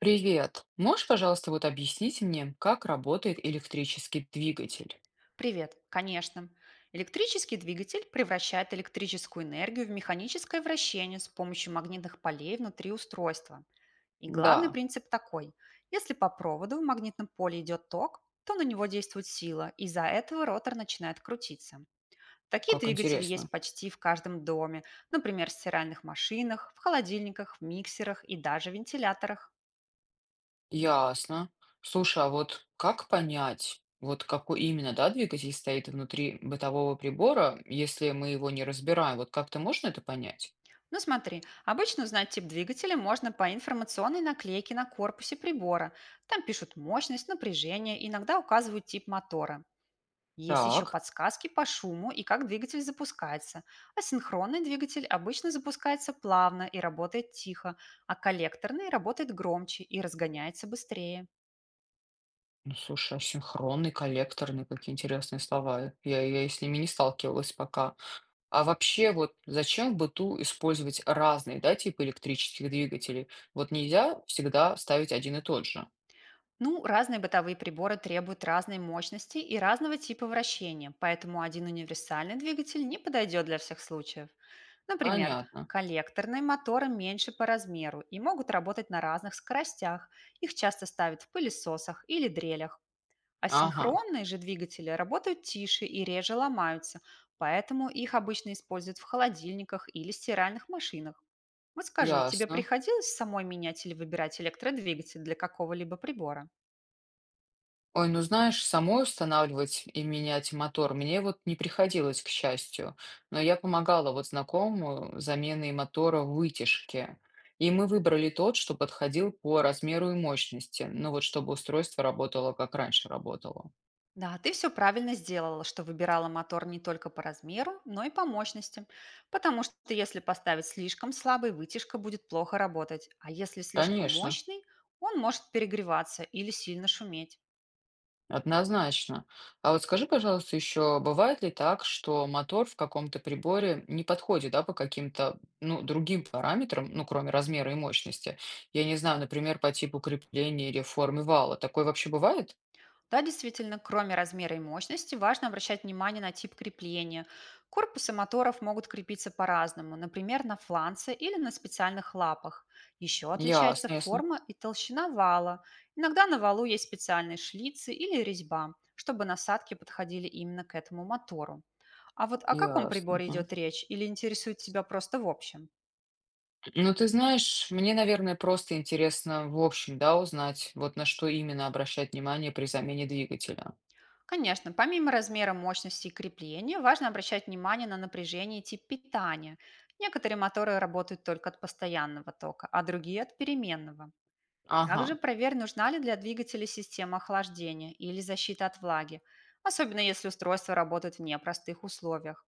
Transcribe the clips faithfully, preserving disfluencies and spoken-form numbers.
Привет. Можешь, пожалуйста, вот объяснить мне, как работает электрический двигатель? Привет, конечно. Электрический двигатель превращает электрическую энергию в механическое вращение с помощью магнитных полей внутри устройства. И главный Да, принцип такой. Если по проводу в магнитном поле идет ток, то на него действует сила, и из-за этого ротор начинает крутиться. Такие как двигатели интересно. есть почти в каждом доме, например, в стиральных машинах, в холодильниках, в миксерах и даже вентиляторах. Ясно. Слушай, а вот как понять, вот какой именно, да, двигатель стоит внутри бытового прибора, если мы его не разбираем? Вот как-то можно это понять? Ну смотри, обычно узнать тип двигателя можно по информационной наклейке на корпусе прибора. Там пишут мощность, напряжение, иногда указывают тип мотора. Есть еще Так. подсказки по шуму и как двигатель запускается. Асинхронный двигатель обычно запускается плавно и работает тихо, а коллекторный работает громче и разгоняется быстрее. Ну, слушай, асинхронный, коллекторный, какие интересные слова. Я, я с ними не сталкивалась пока. А вообще, вот зачем в быту использовать разные, да, типы электрических двигателей? Вот нельзя всегда ставить один и тот же. Ну, разные бытовые приборы требуют разной мощности и разного типа вращения, поэтому один универсальный двигатель не подойдет для всех случаев. Например, Понятно. коллекторные моторы меньше по размеру и могут работать на разных скоростях. Их часто ставят в пылесосах или дрелях. А Ага, синхронные же двигатели работают тише и реже ломаются, поэтому их обычно используют в холодильниках или стиральных машинах. Вот скажи, тебе ясно. приходилось самой менять или выбирать электродвигатель для какого-либо прибора? Ой, ну знаешь, самой устанавливать и менять мотор мне вот не приходилось, к счастью. Но я помогала вот знакомому с заменой мотора в вытяжке. И мы выбрали тот, что подходил по размеру и мощности. Ну вот чтобы устройство работало, как раньше работало. Да, ты все правильно сделала, что выбирала мотор не только по размеру, но и по мощности. Потому что если поставить слишком слабый, вытяжка будет плохо работать, а если слишком Конечно. мощный, он может перегреваться или сильно шуметь. Однозначно. А вот скажи, пожалуйста, еще бывает ли так, что мотор в каком-то приборе не подходит, да, по каким-то, ну, другим параметрам, ну, кроме размера и мощности? Я не знаю, например, по типу крепления или формы вала. Такое вообще бывает? Да, действительно, кроме размера и мощности, важно обращать внимание на тип крепления. Корпусы моторов могут крепиться по-разному, например, на фланце или на специальных лапах. Еще отличается Ясно, ясно. форма и толщина вала. Иногда на валу есть специальные шлицы или резьба, чтобы насадки подходили именно к этому мотору. А вот о каком Ясно, приборе ага. идет речь или интересует тебя просто в общем? Ну, ты знаешь, мне, наверное, просто интересно в общем, да, узнать, вот на что именно обращать внимание при замене двигателя. Конечно, помимо размера мощности и крепления, важно обращать внимание на напряжение и тип питания. Некоторые моторы работают только от постоянного тока, а другие от переменного. Ага, Также проверь, нужна ли для двигателя система охлаждения или защита от влаги, особенно если устройство работает в непростых условиях.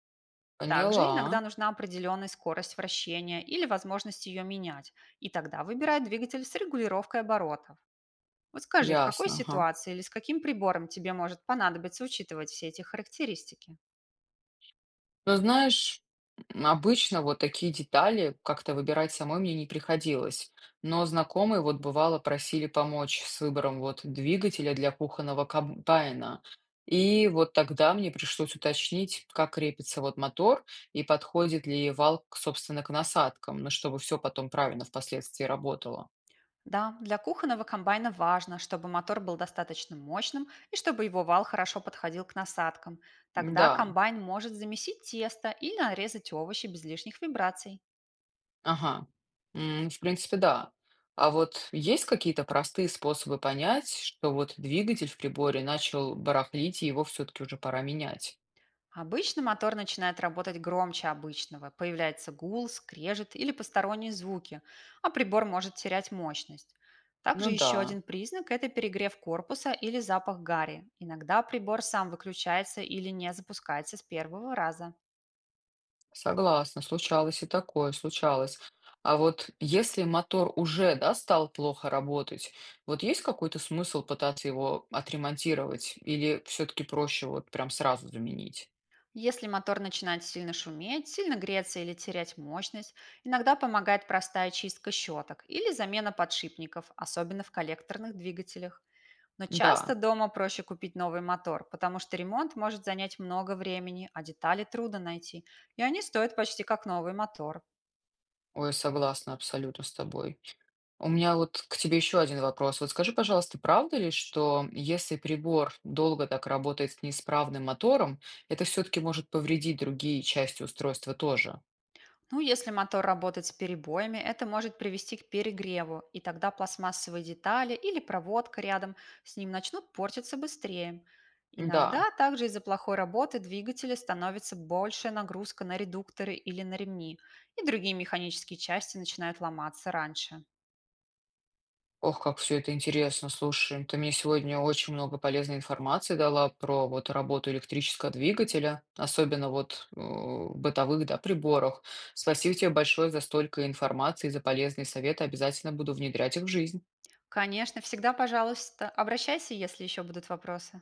Также поняла. иногда нужна определенная скорость вращения или возможность ее менять, и тогда выбирай двигатель с регулировкой оборотов. Вот скажи, в какой Ясно, ага. ситуации или с каким прибором тебе может понадобиться учитывать все эти характеристики? Но знаешь, обычно вот такие детали как-то выбирать самой мне не приходилось. Но знакомые вот бывало просили помочь с выбором вот двигателя для кухонного комбайна. И вот тогда мне пришлось уточнить, как крепится вот мотор и подходит ли вал, к- собственно, к насадкам, ну, чтобы все потом правильно впоследствии работало. Да, для кухонного комбайна важно, чтобы мотор был достаточно мощным и чтобы его вал хорошо подходил к насадкам. Тогда Да. комбайн может замесить тесто и нарезать овощи без лишних вибраций. Ага. М, в принципе, да. А вот есть какие-то простые способы понять, что вот двигатель в приборе начал барахлить, и его все-таки уже пора менять? Обычно мотор начинает работать громче обычного, появляется гул, скрежет или посторонние звуки, а прибор может терять мощность. Также Ну да, еще один признак– это перегрев корпуса или запах гари. Иногда прибор сам выключается или не запускается с первого раза. согласна, случалось и такое, случалось. А вот если мотор уже, да, стал плохо работать, вот есть какой-то смысл пытаться его отремонтировать или все-таки проще вот прям сразу заменить? Если мотор начинает сильно шуметь, сильно греться или терять мощность, иногда помогает простая чистка щеток или замена подшипников, особенно в коллекторных двигателях. Но Да, часто дома проще купить новый мотор, потому что ремонт может занять много времени, а детали трудно найти, и они стоят почти как новый мотор. ой, согласна абсолютно с тобой. У меня вот к тебе еще один вопрос. Вот скажи, пожалуйста, правда ли, что если прибор долго так работает с неисправным мотором, это все-таки может повредить другие части устройства тоже? Ну, если мотор работает с перебоями, это может привести к перегреву, и тогда пластмассовые детали или проводка рядом с ним начнут портиться быстрее. Да. Иногда также из-за плохой работы двигателя становится большая нагрузка на редукторы или на ремни, и другие механические части начинают ломаться раньше. Ох, как все это интересно, слушай. Ты мне сегодня очень много полезной информации дала про вот работу электрического двигателя, особенно вот э, в бытовых, да, приборах. Спасибо тебе большое за столько информации, за полезные советы. Обязательно буду внедрять их в жизнь. Конечно, всегда, пожалуйста, обращайся, если еще будут вопросы.